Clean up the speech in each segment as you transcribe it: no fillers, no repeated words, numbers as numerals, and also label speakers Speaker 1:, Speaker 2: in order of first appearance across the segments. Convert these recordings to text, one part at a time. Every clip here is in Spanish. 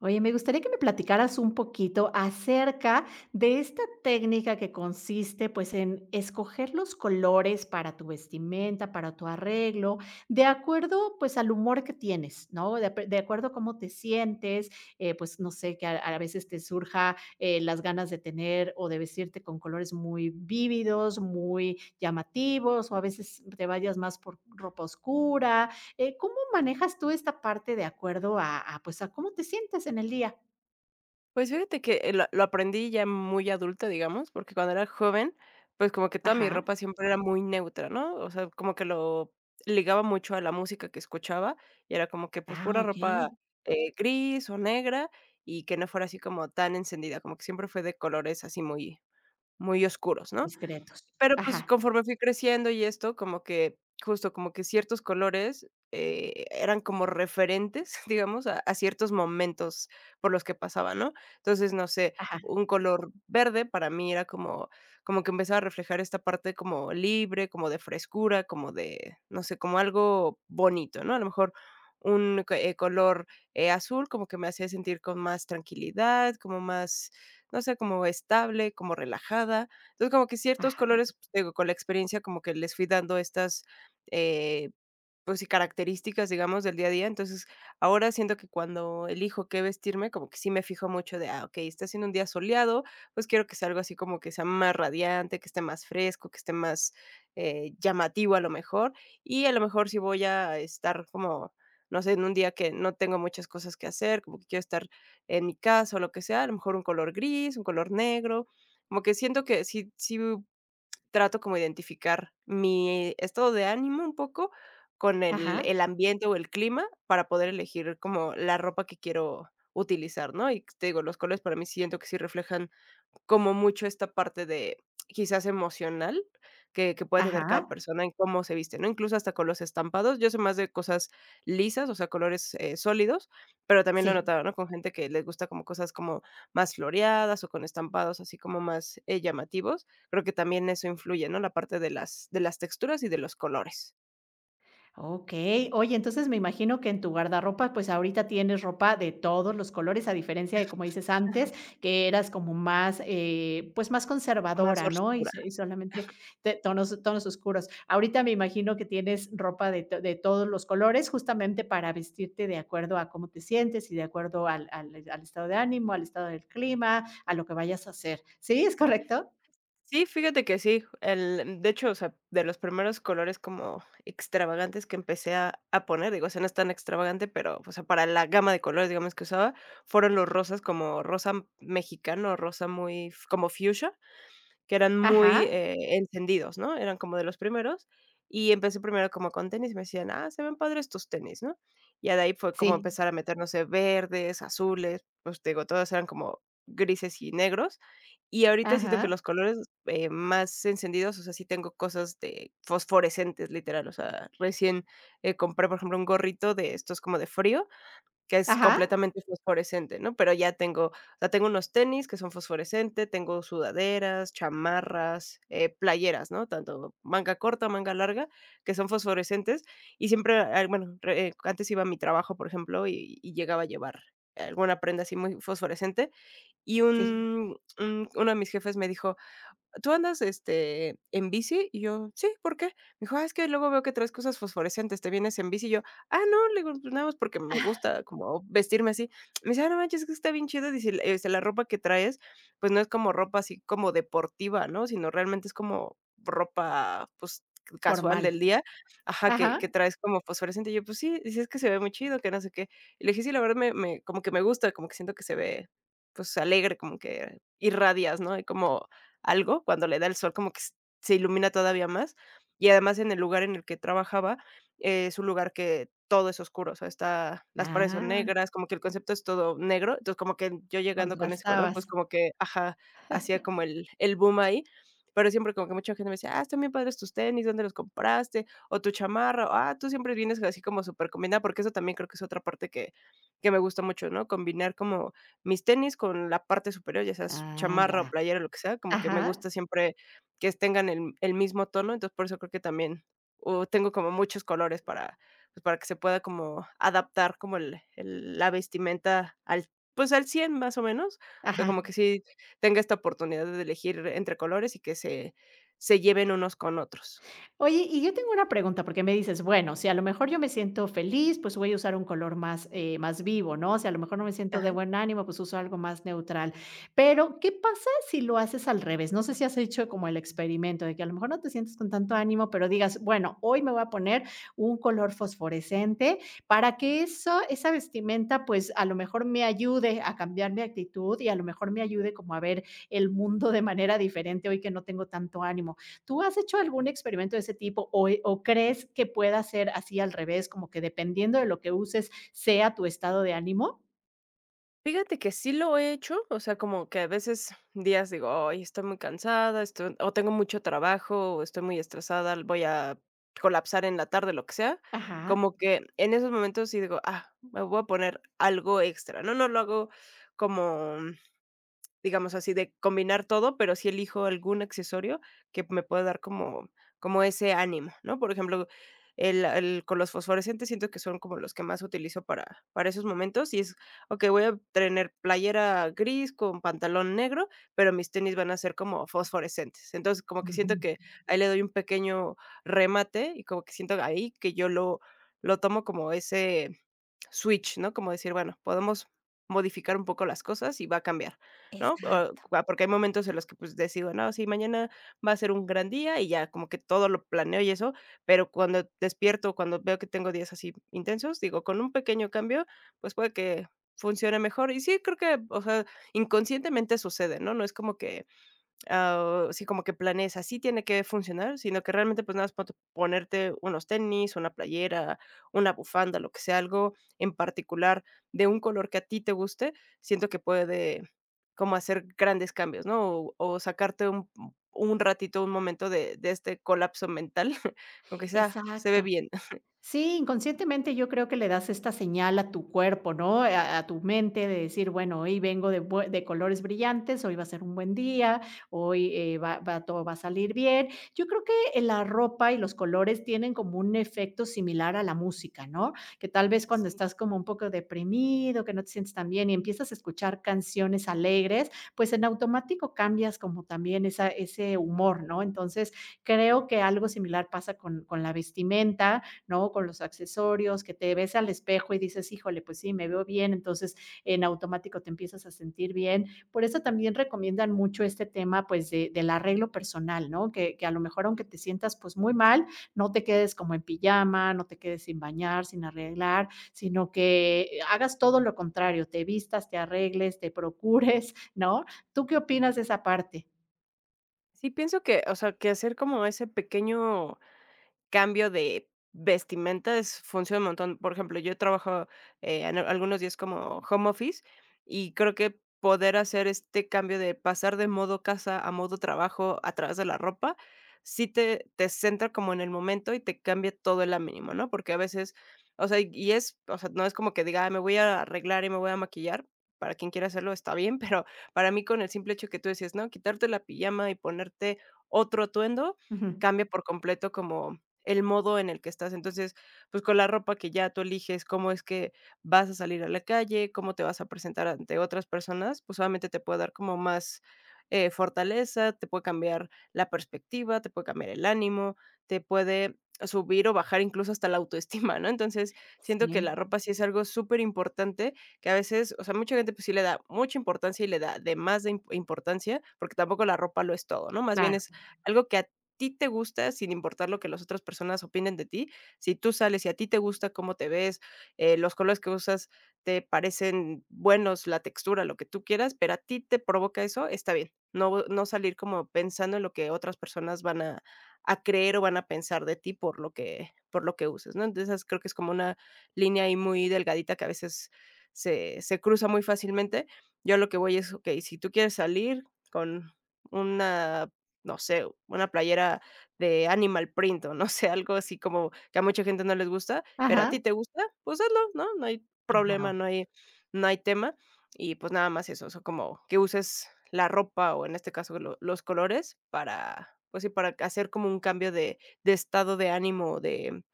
Speaker 1: Oye, me gustaría que me platicaras un poquito acerca de esta técnica que consiste, pues, en escoger los colores para tu vestimenta, para tu arreglo, de acuerdo, pues, al humor que tienes, ¿no? De, de acuerdo a cómo te sientes, pues, no sé, que a veces te surja las ganas de tener o de vestirte con colores muy vívidos, muy llamativos, o a veces te vayas más por ropa oscura. Eh, ¿cómo manejas tú esta parte de acuerdo a, pues, a cómo te sientes en el día?
Speaker 2: Pues fíjate que, lo aprendí ya muy adulta, digamos, porque cuando era joven, pues, como que toda mi
Speaker 1: Ajá.
Speaker 2: ropa siempre era muy neutra, ¿no? O sea, como que lo ligaba mucho a la música que escuchaba, y era como que, pues,
Speaker 1: Ah,
Speaker 2: pura ropa,
Speaker 1: okey.
Speaker 2: gris o negra, y que no fuera así como tan encendida, como que siempre fue de colores así muy muy oscuros, ¿no?
Speaker 1: Discretos.
Speaker 2: Pero,
Speaker 1: Ajá,
Speaker 2: pues, conforme fui creciendo y esto, como que justo, como que ciertos colores, eran como referentes, digamos, a ciertos momentos por los que pasaba, ¿no? Entonces, no sé,
Speaker 1: ajá,
Speaker 2: un color verde para mí era como como que empezaba a reflejar esta parte como libre, como de frescura, como de, no sé, como algo bonito, ¿no? A lo mejor un co color, azul como que me hacía sentir con más tranquilidad, como más, no sé, como estable, como relajada. Entonces, como que ciertos
Speaker 1: ajá,
Speaker 2: colores, pues, te digo, con la experiencia como que les fui dando estas, eh, pues sí, características, digamos, del día a día. Entonces, ahora siento que cuando elijo qué vestirme, como que sí me fijo mucho de, ah, okey, está siendo un día soleado, pues quiero que sea algo así como que sea más radiante, que esté más fresco, que esté más, llamativo a lo mejor. Y a lo mejor si voy a estar como, no sé, en un día que no tengo muchas cosas que hacer, como que quiero estar en mi casa o lo que sea, a lo mejor un color gris, un color negro, como que siento que sí sí trato como identificar mi estado de ánimo un poco con el
Speaker 1: ajá,
Speaker 2: el ambiente o el clima para poder elegir como la ropa que quiero utilizar, ¿no? Y te digo, los colores para mí siento que sí reflejan como mucho esta parte de, quizás emocional, que puede tener
Speaker 1: ajá.
Speaker 2: cada persona en cómo se viste, ¿no? Incluso hasta con los estampados, yo soy más de cosas lisas, o sea, colores, sólidos, pero también lo he
Speaker 1: Sí.
Speaker 2: notado, ¿no? Con gente que les gusta como cosas como más floreadas o con estampados así como más, llamativos. Creo que también eso influye, ¿no? La parte de las texturas y de los colores,
Speaker 1: Okey. Oye, entonces me imagino que en tu guardarropa, pues, ahorita tienes ropa de todos los colores, a diferencia de, como dices antes, que eras como más, pues, más
Speaker 2: más
Speaker 1: conservadora, ¿no?
Speaker 2: oscuros.
Speaker 1: Y solamente te tonos tonos oscuros. Ahorita me imagino que tienes ropa de todos los colores, justamente para vestirte de acuerdo a cómo te sientes y de acuerdo al al estado de ánimo, al estado del clima, a lo que vayas a hacer. ¿Sí? ¿Es correcto?
Speaker 2: Sí, fíjate que sí. El, de hecho, o sea, de los primeros colores como extravagantes que empecé a poner, digo, o sea, no es tan extravagante, pero, o sea, para la gama de colores, digamos, que usaba, fueron los rosas como rosa mexicano, rosa muy como fuchsia que eran muy,
Speaker 1: Ajá.
Speaker 2: encendidos, ¿no? Eran como de los primeros, y empecé primero como con tenis, me decían: "Ah, se ven padres tus tenis", ¿no? Y de ahí fue como
Speaker 1: Sí.
Speaker 2: empezar a meter, no sé, verdes, azules, pues, te digo, todos eran como grises y negros, y ahorita siento que
Speaker 1: Ajá.
Speaker 2: los colores, más encendidos, o sea, sí tengo cosas de fosforescentes, literal, o sea, recién, compré, por ejemplo, un gorrito de estos como de frío, que es
Speaker 1: Ajá.
Speaker 2: completamente fosforescente, ¿no? Pero ya tengo, o sea, tengo unos tenis que son fosforescentes, tengo sudaderas, chamarras, playeras, ¿no? Tanto manga corta, manga larga, que son fosforescentes. Y siempre, ah, bueno, re antes iba a mi trabajo, por ejemplo, y llegaba a llevar alguna prenda así muy fosforescente. Y
Speaker 1: Sí.
Speaker 2: un uno de mis jefes me dijo: "¿Tú andas, este, en bici?". Y yo: "Sí, ¿por qué?". Me dijo: "Ah, es que luego veo que traes cosas fosforescentes, ¿te vienes en bici?". Y yo: "Ah, no", le digo, "pues nada más porque me gusta como vestirme así". Me dice: "Ah, no manches, es que está bien chido", dice, l este, "la ropa que traes, pues no es como ropa así como deportiva, ¿no? Sino realmente es como ropa, pues, casual
Speaker 1: Formal.
Speaker 2: del día". Ajá,
Speaker 1: Ajá.
Speaker 2: que traes como fosforescente. Y yo: "Pues sí", dice: "Es que se ve muy chido, que no sé qué". Y le dije: "Sí, la verdad me como que me gusta, como que siento que se ve, pues, alegre, como que irradias, ¿no? Y como algo, cuando le da el sol como que s se ilumina todavía más, y además en el lugar en el que trabajaba, es un lugar que todo es oscuro, o sea, está las paredes son
Speaker 1: Ah,
Speaker 2: negras, como que el concepto es todo negro, entonces como que yo llegando con ese color,
Speaker 1: contrastabas.
Speaker 2: pues como que ajá, hacía como el boom ahí, pero siempre como que mucha gente me decía: "Ah, están bien padres tus tenis, ¿dónde los compraste?, o tu chamarra, o, ah, tú siempre vienes así como súper combinada porque eso también creo que es otra parte que me gusta mucho, ¿no? Combinar como mis tenis con la parte superior, ya seas
Speaker 1: Ah, ya.
Speaker 2: chamarra o playera, lo que sea, como que me
Speaker 1: Ajá,
Speaker 2: gusta siempre que tengan el mismo tono, entonces por eso creo que también, o tengo como muchos colores para, pues, para que se pueda como adaptar como el la vestimenta al, pues, al 100 más o menos. O sea,
Speaker 1: ajá.
Speaker 2: como que sí tenga esta oportunidad de elegir entre colores y que se se lleven unos con otros.
Speaker 1: Oye, y yo tengo una pregunta, porque me dices, bueno, si a lo mejor yo me siento feliz, pues voy a usar un color más, más vivo, ¿no? Si a lo mejor no me siento de
Speaker 2: Ajá.
Speaker 1: buen ánimo, pues uso algo más neutral. Pero ¿qué pasa si lo haces al revés? No sé si has hecho como el experimento de que a lo mejor no te sientes con tanto ánimo, pero digas, bueno, hoy me voy a poner un color fosforescente para que eso, esa vestimenta, pues a lo mejor me ayude a cambiar mi actitud y a lo mejor me ayude como a ver el mundo de manera diferente hoy que no tengo tanto ánimo. ¿Tú has hecho algún experimento de ese tipo o crees que pueda ser así al revés, como que dependiendo de lo que uses sea tu estado de ánimo?
Speaker 2: Fíjate que sí lo he hecho, o sea, como que a veces días digo: "Ay, estoy muy cansada, estoy o tengo mucho trabajo, o estoy muy estresada, voy a colapsar en la tarde", lo que sea,
Speaker 1: Ajá.
Speaker 2: como que en esos momentos sí digo: "Ah, me voy a poner algo extra", ¿no? No lo hago como digamos así, de combinar todo, pero sí elijo algún accesorio que me pueda dar como como ese ánimo, ¿no? Por ejemplo, el con los fosforescentes siento que son como los que más utilizo para esos momentos y es: "Ok, voy a tener playera gris con pantalón negro, pero mis tenis van a ser como fosforescentes". Entonces, como que siento
Speaker 1: Ujú.
Speaker 2: que ahí le doy un pequeño remate y como que siento ahí que yo lo tomo como ese switch, ¿no? Como decir, bueno, podemos modificar un poco las cosas y va a cambiar, ¿no? O porque hay momentos en los que, pues, decido, no, sí, mañana va a ser un gran día y ya como que todo lo planeo y eso, pero cuando despierto, cuando veo que tengo días así intensos, digo, con un pequeño cambio, pues puede que funcione mejor. Y sí, creo que, o sea, inconscientemente sucede, ¿no? No es como que ah, sí, como que planees, así tiene que funcionar, sino que realmente, pues, nada más ponte ponerte unos tenis, una playera, una bufanda, lo que sea, algo en particular de un color que a ti te guste, siento que puede como hacer grandes cambios, ¿no? O sacarte un ratito, un momento de este colapso mental, aunque sea se ve
Speaker 1: Exacto.
Speaker 2: bien.
Speaker 1: Sí, inconscientemente yo creo que le das esta señal a tu cuerpo, ¿no? A tu mente de decir, bueno, hoy vengo de, de colores brillantes, hoy va a ser un buen día, hoy todo va a salir bien. Yo creo que la ropa y los colores tienen como un efecto similar a la música, ¿no? Que tal vez cuando
Speaker 2: Sí,
Speaker 1: estás como un poco deprimido, que no te sientes tan bien y empiezas a escuchar canciones alegres, pues en automático cambias como también ese humor, ¿no? Entonces creo que algo similar pasa con la vestimenta, ¿no? Con los accesorios, que te ves al espejo y dices, híjole, pues sí, me veo bien, entonces en automático te empiezas a sentir bien. Por eso también recomiendan mucho este tema, pues, del arreglo personal, ¿no? Que a lo mejor aunque te sientas, pues, muy mal, no te quedes como en pijama, no te quedes sin bañar, sin arreglar, sino que hagas todo lo contrario, te vistas, te arregles, te procures, ¿no? ¿Tú qué opinas de esa parte?
Speaker 2: sí pienso que, o sea, que hacer como ese pequeño cambio de vestimenta es funciona un montón. Por ejemplo, yo trabajo, en algunos días como home office, y creo que poder hacer este cambio de pasar de modo casa a modo trabajo a través de la ropa, sí te centra como en el momento y te cambia todo el ánimo, ¿no? Porque a veces, o sea, y es, o sea, no es como que diga: "Ay, me voy a arreglar y me voy a maquillar", para quien quiera hacerlo está bien, pero para mí con el simple hecho que tú decías, ¿no? Quitarte la pijama y ponerte otro atuendo,
Speaker 1: Ujú.
Speaker 2: cambia por completo como el modo en el que estás. Entonces, pues, con la ropa que ya tú eliges, cómo es que vas a salir a la calle, cómo te vas a presentar ante otras personas, pues, obviamente te puede dar como más, fortaleza, te puede cambiar la perspectiva, te puede cambiar el ánimo, te puede subir o bajar incluso hasta la autoestima, ¿no? Entonces, siento que
Speaker 1: Sí.
Speaker 2: la ropa sí es algo súper importante que a veces, o sea, mucha gente, pues, sí le da mucha importancia y le da de más de im importancia, porque tampoco la ropa lo es todo, ¿no? Más bien
Speaker 1: Claro.
Speaker 2: es algo que a ti te gusta, sin importar lo que las otras personas opinen de ti, si tú sales y a ti te gusta cómo te ves, los colores que usas te parecen buenos, la textura, lo que tú quieras, pero a ti te provoca eso, está bien. No, no salir como pensando en lo que otras personas van a creer o van a pensar de ti por lo que uses, ¿no? Entonces creo que es como una línea ahí muy delgadita que a veces se, se cruza muy fácilmente. Yo lo que voy es, ok, si tú quieres salir con una no sé, una playera de Animal Print, o no sé, algo así como que a mucha gente no les gusta, pero a
Speaker 1: Ajá.
Speaker 2: ti te gusta, pues hazlo, ¿no? No hay
Speaker 1: Claro.
Speaker 2: problema, no hay tema. Y pues nada más eso, o sea, como que uses la ropa o en este caso lo los colores para, pues sí, para hacer como un cambio de estado de ánimo,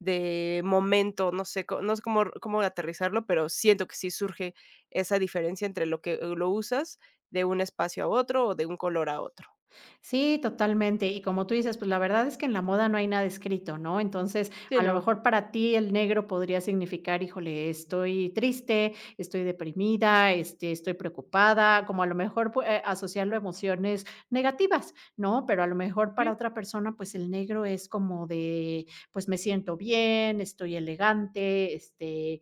Speaker 2: de momento, no sé, co no sé cómo cómo aterrizarlo, pero siento que sí surge esa diferencia entre lo que lo usas de un espacio a otro o de un color a otro.
Speaker 1: Sí, totalmente. Y como tú dices, pues la verdad es que en la moda no hay nada escrito, ¿no? Entonces,
Speaker 2: Sí,
Speaker 1: a lo
Speaker 2: no.
Speaker 1: mejor para ti el negro podría significar, híjole, estoy triste, estoy deprimida, este, estoy preocupada, como a lo mejor asociarlo a emociones negativas, ¿no? Pero a lo mejor para
Speaker 2: Sí.
Speaker 1: otra persona, pues el negro es como de, pues me siento bien, estoy elegante, este,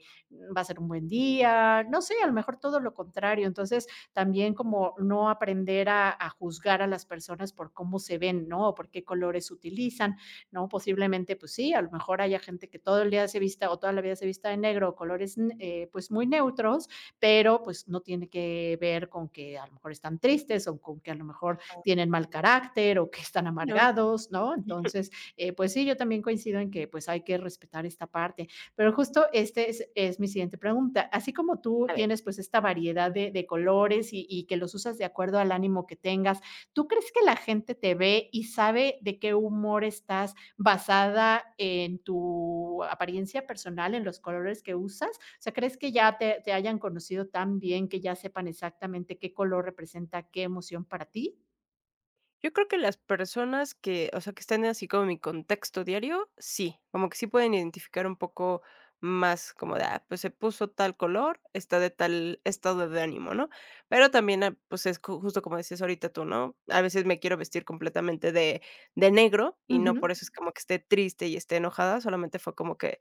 Speaker 1: va a ser un buen día, no sé, a lo mejor todo lo contrario. Entonces, también como no aprender a juzgar a las personas por cómo se ven, ¿no? O por qué colores utilizan, ¿no? Posiblemente, pues sí, a lo mejor haya gente que todo el día se vista o toda la vida se vista de negro, o colores pues muy neutros, pero pues no tiene que ver con que a lo mejor están tristes o con que a lo mejor
Speaker 2: Ajá.
Speaker 1: tienen mal carácter o que están
Speaker 2: Bueno,
Speaker 1: amargados, ¿no? Entonces, pues sí, yo también coincido en que pues hay que respetar esta parte, pero justo este es mi siguiente pregunta. Así como tú
Speaker 2: a ver.
Speaker 1: tienes pues esta variedad de colores y que los usas de acuerdo al ánimo que tengas, ¿tú crees que la gente te ve y sabe de qué humor estás basada en tu apariencia personal, en los colores que usas? O sea, ¿crees que ya te hayan conocido tan bien que ya sepan exactamente qué color representa qué emoción para ti?
Speaker 2: Yo creo que las personas que, o sea, que estén así como en mi contexto diario, sí, como que sí pueden identificar un poco más como de, ah, pues se puso tal color, está de tal estado de ánimo, ¿no? Pero también, ah, pues justo como decías ahorita tú, ¿no? A veces me quiero vestir completamente de negro y no
Speaker 1: Ujú.
Speaker 2: por eso es como que esté triste y esté enojada, solamente fue como que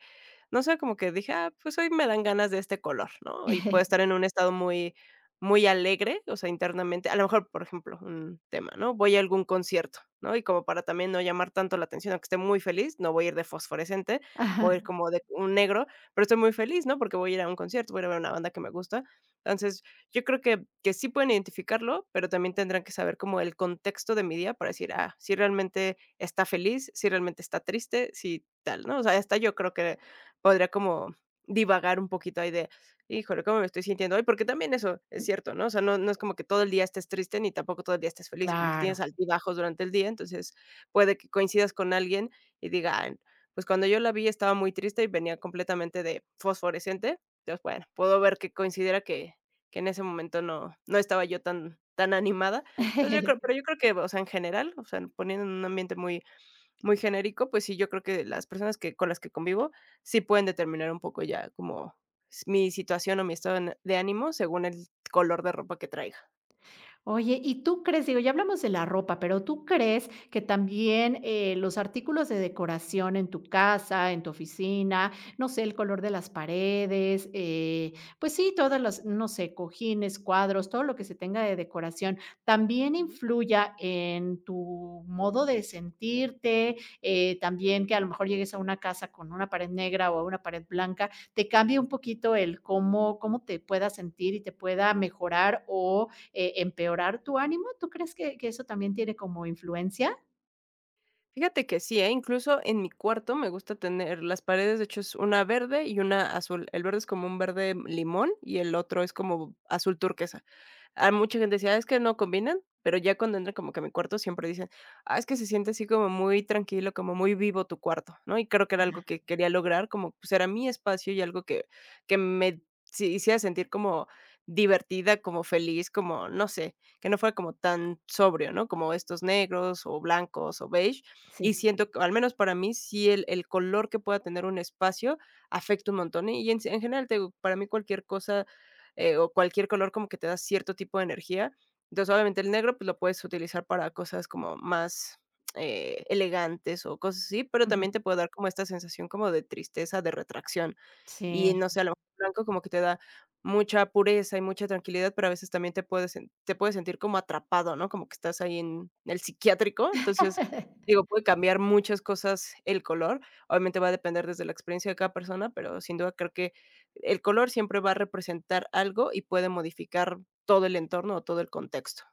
Speaker 2: no sé, como que dije: "Ah, pues hoy me dan ganas de este color", ¿no? Y puedo estar en un estado muy alegre, o sea, internamente. A lo mejor, por ejemplo, un tema, ¿no? Voy a algún concierto, ¿no? Y como para también no llamar tanto la atención, aunque esté muy feliz, no voy a ir de fosforescente,
Speaker 1: Ajá.
Speaker 2: voy a ir como de un negro, pero estoy muy feliz, ¿no? Porque voy a ir a un concierto, voy a ir a ver una banda que me gusta. Entonces, yo creo que sí pueden identificarlo, pero también tendrán que saber como el contexto de mi día para decir: "Ah, si realmente está feliz, si realmente está triste, si tal", ¿no? O sea, hasta yo creo que podría como divagar un poquito ahí de, híjole, ¿cómo me estoy sintiendo hoy? Porque también eso es cierto, ¿no? O sea, no, no es como que todo el día estés triste ni tampoco todo el día estés feliz, como que tienes
Speaker 1: Claro.
Speaker 2: altibajos durante el día, entonces puede que coincidas con alguien y diga, "Ah, pues cuando yo la vi estaba muy triste y venía completamente de fosforescente, entonces bueno, puedo ver que considera que en ese momento no, no estaba yo tan, tan animada. Entonces yo creo, pero yo creo que, o sea, en general, o sea, poniendo en un ambiente muy genérico, pues sí, yo creo que las personas que con las que convivo sí pueden determinar un poco ya como s mi situación o mi estado n de ánimo según el color de ropa que traiga.
Speaker 1: Oye, ¿y tú crees? Digo, ya hablamos de la ropa, pero ¿tú crees que también, los artículos de decoración en tu casa, en tu oficina, no sé, el color de las paredes, pues sí, todas las, no sé, cojines, cuadros, todo lo que se tenga de decoración, también
Speaker 2: Ujú.
Speaker 1: influya en tu modo de sentirte, también que a lo mejor llegues a una casa con una pared negra o a una pared blanca, te cambie un poquito el cómo te puedas sentir y te pueda mejorar o empeorar tu ánimo, ¿tú crees que eso también tiene como influencia?
Speaker 2: Fíjate que sí, ¿eh? Incluso en mi cuarto me gusta tener las paredes, de hecho, es una verde y una azul. El verde es como un verde limón y el otro es como azul turquesa. Ah, mucha gente decía: "Es que no combinan", pero ya cuando entran como que a mi cuarto siempre dicen: "Ah, es que se siente así como muy tranquilo, como muy vivo tu cuarto", ¿no? Y creo que era algo que quería lograr, como, pues, era mi espacio y algo que me si hiciera sentir como divertida, como feliz, como, no sé, que no fuera como tan sobrio, ¿no? Como estos negros, o blancos, o beige. Y
Speaker 1: Sí.
Speaker 2: siento que, al menos para mí, sí el color que pueda tener un espacio afecta un montón. Y en general, te digo, para mí cualquier cosa o cualquier color como que te da cierto tipo de energía. Entonces, obviamente el negro, pues lo puedes utilizar para cosas como más elegantes o cosas así, pero
Speaker 1: Ujú.
Speaker 2: también te puede dar como esta sensación como de tristeza, de retracción. Y
Speaker 1: Sí.
Speaker 2: no sé, a lo mejor el blanco como que te da mucha pureza y mucha tranquilidad, pero a veces también te puedes sentir como atrapado, ¿no? Como que estás ahí en el psiquiátrico. Entonces, digo, puede cambiar muchas cosas el color. Obviamente va a depender desde la experiencia de cada persona, pero sin duda creo que el color siempre va a representar algo y puede modificar todo el entorno o todo el contexto.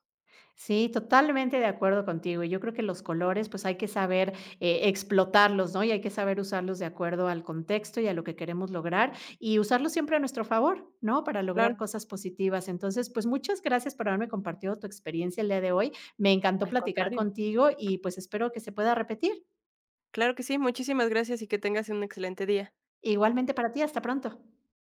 Speaker 1: Sí, totalmente de acuerdo contigo. Y yo creo que los colores, pues, hay que saber, explotarlos, ¿no? Y hay que saber usarlos de acuerdo al contexto y a lo que queremos lograr, y usarlos siempre a nuestro favor, ¿no? Para
Speaker 2: Claro,
Speaker 1: lograr cosas positivas. Entonces, pues, muchas gracias por haberme compartido tu experiencia el día de hoy. Me encantó
Speaker 2: al
Speaker 1: platicar
Speaker 2: contrario.
Speaker 1: contigo y, pues, espero que se pueda repetir.
Speaker 2: Claro que sí, muchísimas gracias y que tengas un excelente día.
Speaker 1: Igualmente para ti, hasta pronto.